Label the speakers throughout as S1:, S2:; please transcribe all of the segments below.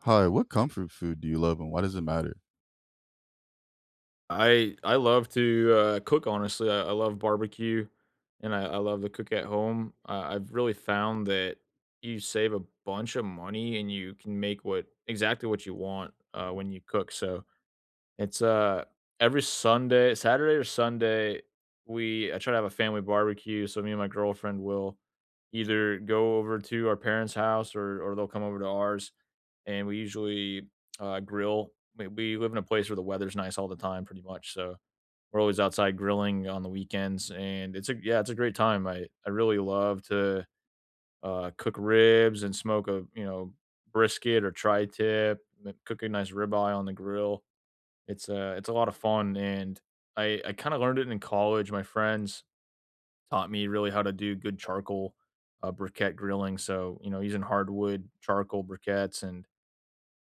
S1: Hi, what comfort food do you love and why does it matter?
S2: I love to cook. Honestly, I love barbecue, and I love to cook at home. I've really found that you save a bunch of money, and you can make what exactly what you want when you cook. So it's, uh, every Sunday Saturday or Sunday, we I try to have a family barbecue, so me and my girlfriend will either go over to our parents' house or they'll come over to ours, and we usually grill. We live in a place where the weather's nice all the time pretty much, so we're always outside grilling on the weekends, and it's a yeah, it's a great time. I really love to, cook ribs and smoke a brisket or tri-tip, m cook a nice ribeye on the grill. It's it's a lot of fun, and I kind of learned it in college. My friends taught me really how to do good charcoal briquette grilling. So, you know, using hardwood charcoal briquettes and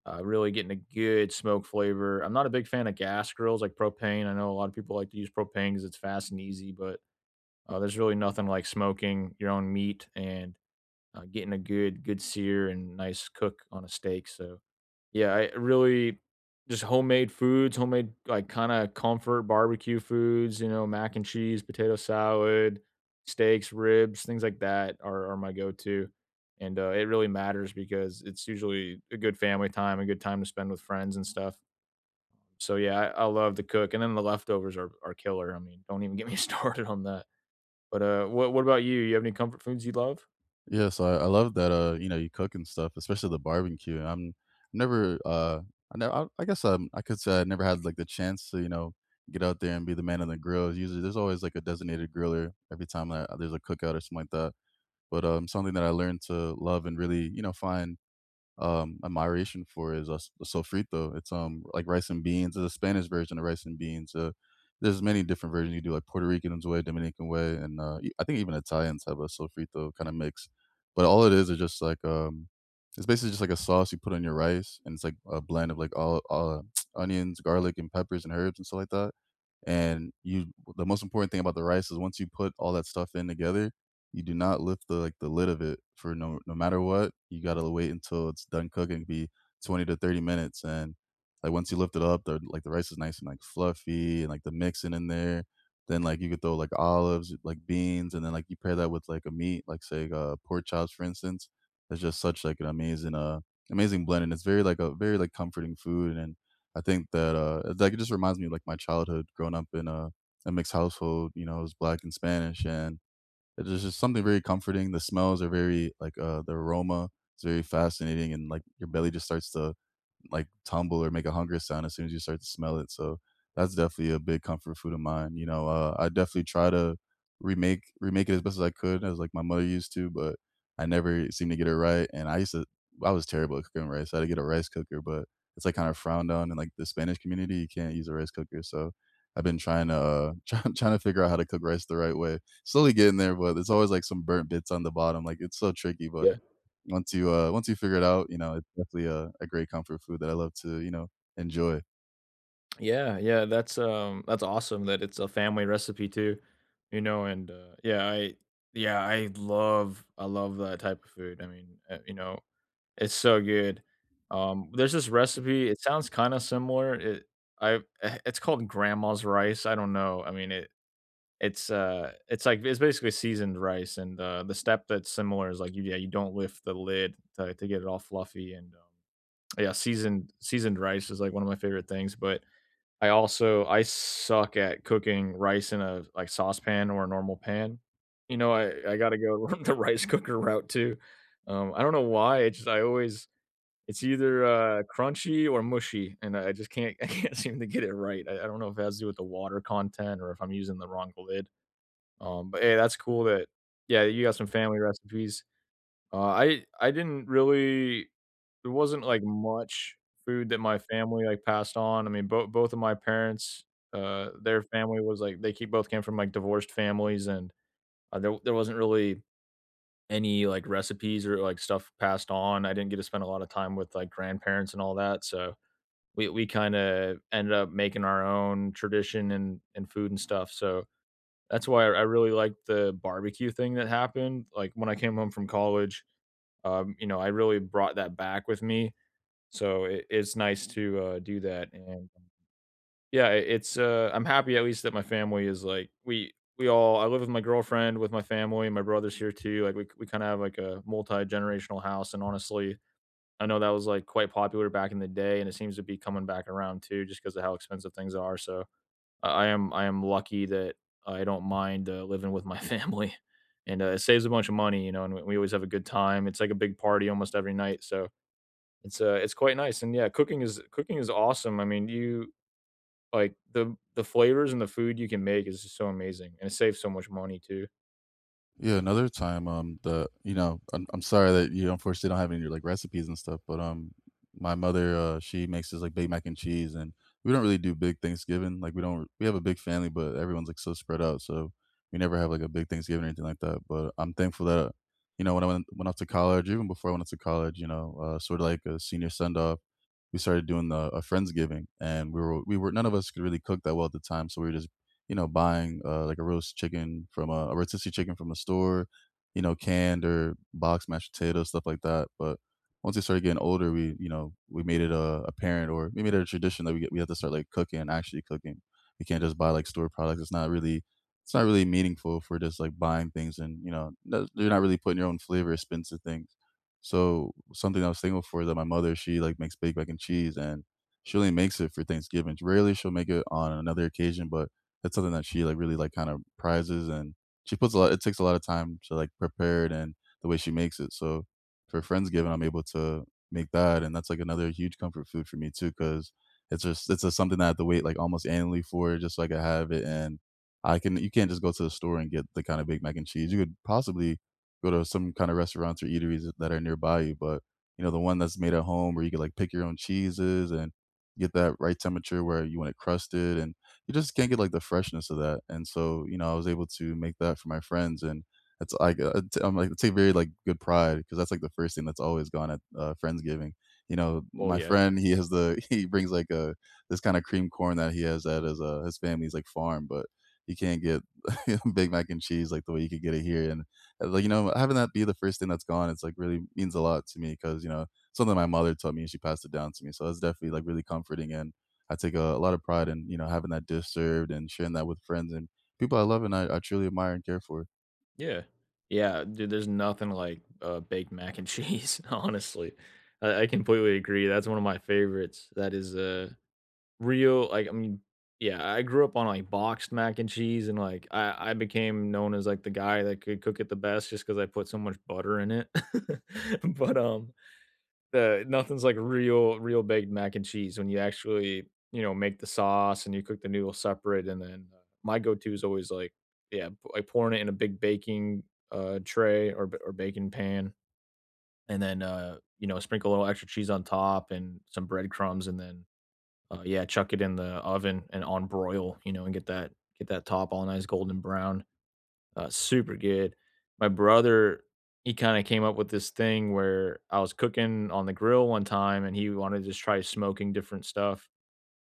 S2: really getting a good smoke flavor. I'm not a big fan of gas grills like propane. I know a lot of people like to use propane because it's fast and easy, but there's really nothing like smoking your own meat and getting a good sear and nice cook on a steak. So yeah, I really just homemade foods, homemade, like, kinda comfort barbecue foods, you know, mac and cheese, potato salad, steaks, ribs, things like that are my go-to, and, it really matters because it's usually a good family time, a good time to spend with friends and stuff. So, yeah, I love to cook, and then the leftovers are killer. I mean, don't even get me started on that. But, what about you? You have any comfort foods you love?
S1: Yeah, so I love that you know, you cook and stuff, especially the barbecue. I'm never I never I, I guess I could say I never had like the chance to, you know, get out there and be the man on the grill. Usually there's always like a designated griller every time that there's a cookout or something like that. But something that I learned to love and really, you know, find admiration for is sofrito. It's like rice and beans. It's a Spanish version of rice and beans. There's many different versions you do, like Puerto Rican way, Dominican way, and I think even Italians have a sofrito kind of mix. But all it is just like it's basically just like a sauce you put on your rice, and it's like a blend of like all onions, garlic, and peppers and herbs and stuff like that. And you, the most important thing about the rice is once you put all that stuff in together, you do not lift the like the lid of it for no matter what. You gotta wait until it's done cooking, be 20 to 30 minutes, and like once you lift it up, the like the rice is nice and like fluffy and like the mixing in there, then like you could throw like olives, like beans, and then like you pair that with like a meat, like say like, pork chops for instance. It's just such like an amazing amazing blend and it's very like a very like comforting food. And I think that, like, it just reminds me of, like, my childhood growing up in a mixed household, you know, it was Black and Spanish, and it's was just something very comforting. The smells are very like, the aroma is very fascinating, and, like, your belly just starts to like tumble or make a hunger sound as soon as you start to smell it. So that's definitely a big comfort food of mine. You know, I definitely try to remake it as best as I could, as like my mother used to, but I never seemed to get it right. And I used to, I was terrible at cooking rice. I had to get a rice cooker, but it's like kind of frowned on in like the Spanish community. You can't use a rice cooker, so I've been trying to trying to figure out how to cook rice the right way. Slowly getting there, but there's always like some burnt bits on the bottom. Like it's so tricky, but
S2: Yeah.
S1: once you figure it out, you know, it's definitely a great comfort food that I love to, you know, enjoy.
S2: Yeah, yeah, that's awesome that it's a family recipe too, you know, and, yeah, I love that type of food. I mean, you know, it's so good. There's this recipe, it sounds kinda similar, I it's called grandma's rice, I don't know, I mean, it's like it's basically seasoned rice, and, the step that's similar is like, you yeah, you don't lift the lid to get it all fluffy and, yeah, seasoned rice is, like, one of my favorite things, but I suck at cooking rice in a, like, saucepan or a normal pan. You know, I gotta go the rice cooker route too. I don't know why, it's just I always it's either, crunchy or mushy, and I just can't I can't seem to get it right. I don't know if it has to do with the water content or if I'm using the wrong lid. But, hey, that's cool that yeah, you got some family recipes. I didn't really there wasn't, like, much food that my family, like, passed on. I mean, both of my parents, their family was, like they keep both came from, like, divorced families, and, there wasn't really any, like, recipes or, like, stuff passed on. I didn't get to spend a lot of time with, like, grandparents and all that, so we kinda ended up making our own tradition and food and stuff, so that's why I really liked the barbecue thing that happened, like, when I came home from college, you know, I really brought that back with me, so it's nice to do that. And yeah, it, it's I'm happy at least that my family is like we all. I live with my girlfriend, with my family, my brother's here too. Like we kind of have like a multi generational house, and honestly. I know that was like quite popular back in the day, and it seems to be coming back around too, just because of how expensive things are. So I am lucky that I don't mind, living with my family, and, it saves a bunch of money, you know, and we always have a good time. It's like a big party almost every night, so it's quite nice, and yeah, cooking is awesome. I mean, you like, the flavors and the food you can make is just so amazing, and it saves so much money too.
S1: Yeah, another time, the you know, I'm sorry that you unfortunately don't have any, like, recipes and stuff, but, my mother, she makes this, like, baked mac and cheese, and we don't really do big Thanksgiving, like, we don't we have a big family, but everyone's, like, so spread out, so we never have, like, a big Thanksgiving or anything like that, but I'm thankful that, you know, when I went went off to college, even before I went off to college, you know, sort of like a senior send-off, we started doing the a friendsgiving, and we were none of us could really cook that well at the time, so we were just you know buying like a roast chicken from a rotisserie chicken from the store, you know, canned or boxed mashed potatoes, stuff like that. But once we started getting older, we you know we made it a tradition that we get, we have to start like cooking and actually cooking. We can't just buy like store products. It's not really meaningful if we're just like buying things and you know you're not really putting your own flavor spin to things. So something I was thankful for is that my mother, she like makes baked mac and cheese and she only makes it for Thanksgiving. Rarely she'll make it on another occasion, but that's something that she like really like kind of prizes and she puts a lot it takes a lot of time to like prepare it and the way she makes it. So for Friendsgiving, I'm able to make that, and that's like another huge comfort food for me too because it's just something that I have to wait like almost annually for just so I can have it. And I can you can't just go to the store and get the kind of baked mac and cheese. You could possibly go to some kind of restaurants or eateries that are nearby you, but you know the one that's made at home where you can like pick your own cheeses and get that right temperature where you want it crusted, and you just can't get like the freshness of that. And so you know I was able to make that for my friends, and it's like I'm like I take very like good pride because that's like the first thing that's always gone at friendsgiving. You know,
S2: Oh,
S1: my
S2: yeah.
S1: friend he has the he brings like a this kind of cream corn that he has at his family's like farm, but he can't get Big Mac and cheese like the way you could get it here. And like you know having that be the first thing that's gone it's like really means a lot to me because you know something my mother taught me and she passed it down to me so that's definitely like really comforting and I take a lot of pride in you know having that dish served and sharing that with friends and people I love and I truly admire and care for.
S2: Yeah. Yeah, dude, there's nothing like, baked mac and cheese, honestly. I completely agree, that's one of my favorites. That is, real like, I mean, yeah, I grew up on, like, boxed mac and cheese, and, like, I became known as, like, the guy that could cook it the best just because I put so much butter in it. But, the nothing's like real baked mac and cheese when you actually, you know, make the sauce and you cook the noodles separate, and then, my go-to is always, like, yeah, like, pouring it in a big baking, tray or baking pan, and then, you know, sprinkle a little extra cheese on top and some breadcrumbs, and then yeah, chuck it in the oven and on broil, you know, and get that top all nice golden brown. Super good. My brother, he kind of came up with this thing where I was cooking on the grill one time, and he wanted to just try smoking different stuff,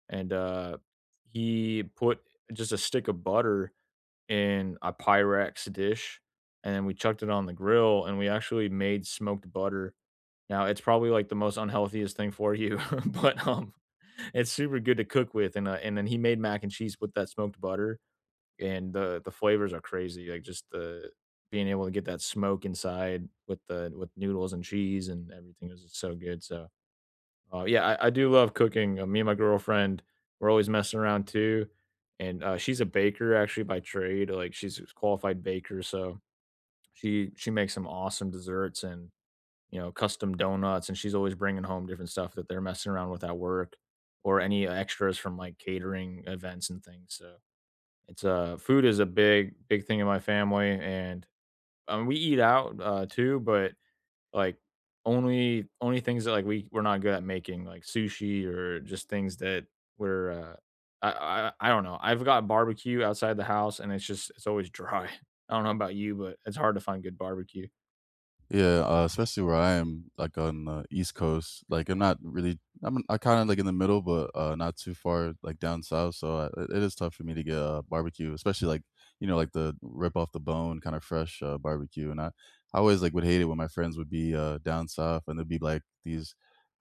S2: and he put just a stick of butter in a Pyrex dish, and then we chucked it on the grill, and we actually made smoked butter. Now, it's probably, like, the most unhealthiest thing for you, but, it's super good to cook with, and then he made mac and cheese with that smoked butter, and the flavors are crazy, like, just the being able to get that smoke inside with the with noodles and cheese and everything is just so good, so, yeah, I do love cooking, me and my girlfriend, we're always messing around too, and, she's a baker actually by trade, like, she's a qualified baker, so she makes some awesome desserts and you know, custom donuts, and she's always bringing home different stuff that they're messing around with at work or any extras from like catering events and things. So it's food is a big thing in my family, and we eat out too, but like only things that like we're not good at making like sushi or just things that we're uh, I, I don't know. I've got barbecue outside the house, and it's just it's always dry. I don't know about you, but it's hard to find good barbecue.
S1: Yeah, especially where I am, like on the East Coast. Like I'm not really, I'm I kind of like in the middle, but not too far like down south. So I, it is tough for me to get barbecue, especially like you know like the rip off the bone kind of fresh barbecue. And I always like would hate it when my friends would be down south and there'd be like these,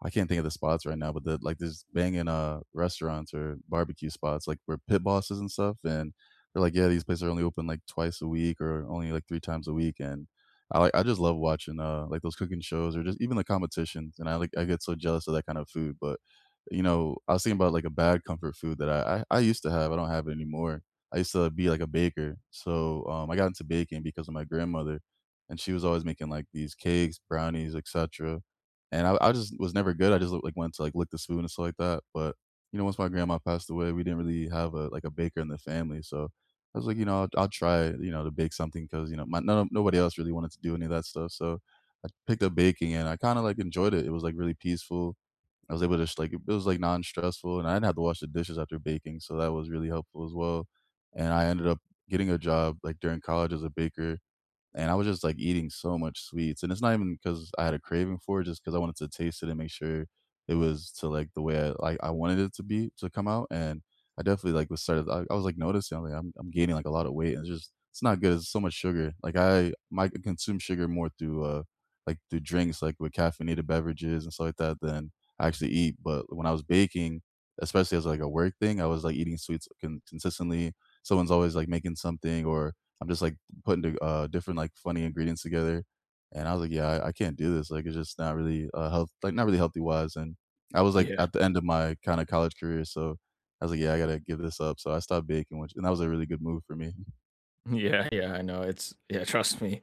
S1: I can't think of the spots right now, but the like these banging restaurants or barbecue spots like where pit bosses and stuff, and they're like, yeah, these places are only open like twice a week or only like three times a week, and I like I just love watching, like, those cooking shows or just even the competitions, and I like I get so jealous of that kind of food, but, you know, I was thinking about, like, a bad comfort food that I used to have, I don't have it anymore. I used to be, like, a baker, so, I got into baking because of my grandmother, and she was always making, like, these cakes, brownies, et cetera, and I just was never good, I just, like, wanted to, like, lick the spoon and stuff like that, but, you know, once my grandma passed away, we didn't really have a like, a baker in the family, so I was like, you know, I'll try, you know, to bake something because you know, my none, nobody else really wanted to do any of that stuff. So I picked up baking, and I kind of like enjoyed it. It was like really peaceful. I was able to just like it was like non-stressful, and I didn't have to wash the dishes after baking, so that was really helpful as well. And I ended up getting a job like during college as a baker, and I was just like eating so much sweets, and it's not even because I had a craving for it, just because I wanted to taste it and make sure it was to like the way I wanted it to be to come out. And I definitely like was started. I was like noticing I'm like I'm gaining like a lot of weight, and it's just it's not good. It's so much sugar. Like I might consume sugar more through like through drinks, like with caffeinated beverages and stuff like that, than I actually eat. But when I was baking, especially as like a work thing, I was like eating sweets consistently. Someone's always like making something, or I'm just like putting different like funny ingredients together, and I was like, "Yeah, I can't do this. Like, it's just not really like not really healthy wise." And I was like
S2: Yeah.
S1: at the end of my kind of college career, so I was like, "Yeah, I gotta give this up." So I stopped baking, which and that was a really good move for me.
S2: Yeah, yeah, I know. It's yeah, trust me.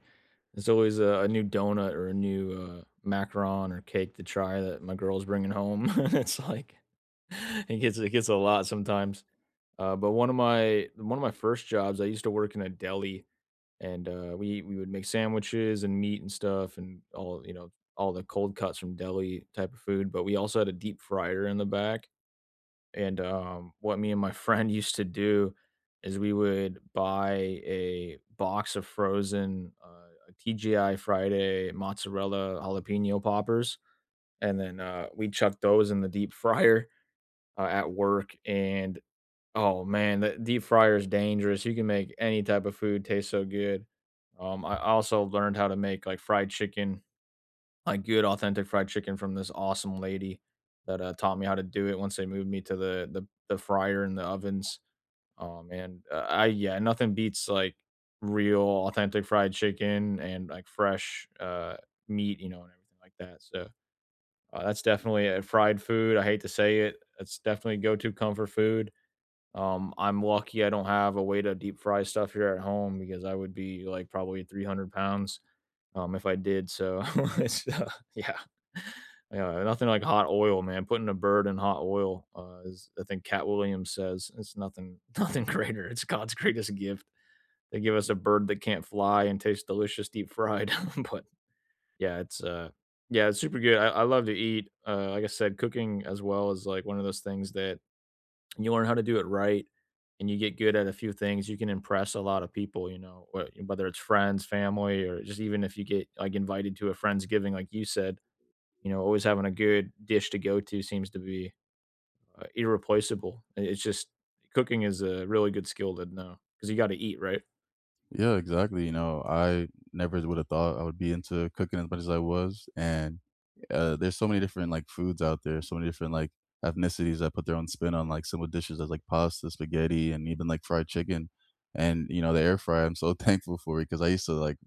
S2: There's always a new donut or a new macaron or cake to try that my girl's bringing home. It's like it gets a lot sometimes. But one of my first jobs, I used to work in a deli, and we would make sandwiches and meat and stuff, and all you know all the cold cuts from deli type of food. But we also had a deep fryer in the back, and, what me and my friend used to do is we would buy a box of frozen, TGI Friday mozzarella jalapeno poppers, and then, we chuck those in the deep fryer, at work, and, oh, man, the deep fryer is dangerous. You can make any type of food taste so good. I also learned how to make, like, fried chicken like good authentic fried chicken from this awesome lady that taught me how to do it once they moved me to the fryer and the ovens. And I yeah, nothing beats like real authentic fried chicken and like fresh meat, you know, and everything like that. So that's definitely a fried food. I hate to say it, it's definitely go to comfort food. I'm lucky I don't have a way to deep fry stuff here at home because I would be like probably 300 pounds, if I did so, it's, yeah. Yeah, nothing like hot oil, man. Putting a bird in hot oil, is I think Cat Williams says it's nothing nothing greater. It's God's greatest gift. They give us a bird that can't fly and tastes delicious deep fried. But yeah, it's uh yeah, it's super good. I love to eat. Like I said, cooking as well is like one of those things that and you learn how to do it right and you get good at a few things, you can impress a lot of people, you know, whether it's friends, family, or just even if you get like invited to a Friendsgiving, like you said, you know, always having a good dish to go to seems to be irreplaceable. It's just cooking is a really good skill to know because you got to eat, right?
S1: Yeah, exactly, you know, I never would have thought I would be into cooking as much as I was, and, there's so many different, like, foods out there, so many different, like, ethnicities that put their own spin on, like, simple dishes as, like, pasta, spaghetti, and even, like, fried chicken, and, you know, the air fryer, I'm so thankful for it because I used to, like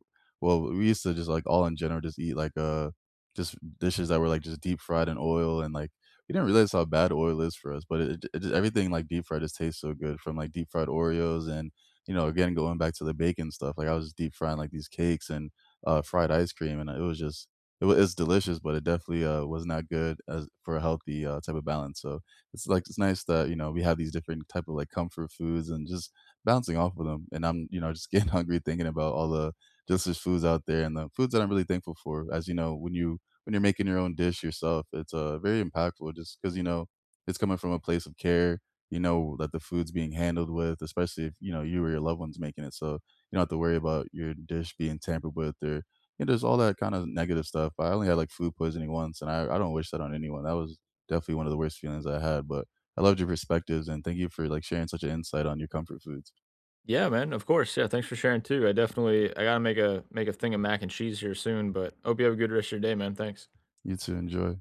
S1: we used to just, like, all in general, just eat, like, just dishes that were, like, just deep fried in oil and, like, we didn't realize how bad oil is for us, but everything, like, deep fried just tastes so good from, like, deep fried Oreos and you know, again, going back to the bacon stuff, like I was just deep frying like these cakes and fried ice cream, and it was just it's delicious, but it definitely was not good as for a healthy type of balance. So it's nice that you know we have these different type of like comfort foods and just bouncing off of them. And I'm you know just getting hungry thinking about all the delicious foods out there and the foods that I'm really thankful for. As you know, when you're making your own dish yourself, it's very impactful just because you know it's coming from a place of care you know that the food's being handled with, especially if you know you or your loved ones making it. So you don't have to worry about your dish being tampered with or you know, there's all that kind of negative stuff. I only had like food poisoning once, and I don't wish that on anyone. That was definitely one of the worst feelings I had. But I loved your perspectives, and thank you for like sharing such an insight on your comfort foods.
S2: Yeah, man, of course. Yeah, thanks for sharing too. I gotta make a thing of mac and cheese here soon, but hope you have a good rest of your day, man. Thanks.
S1: You too. Enjoy.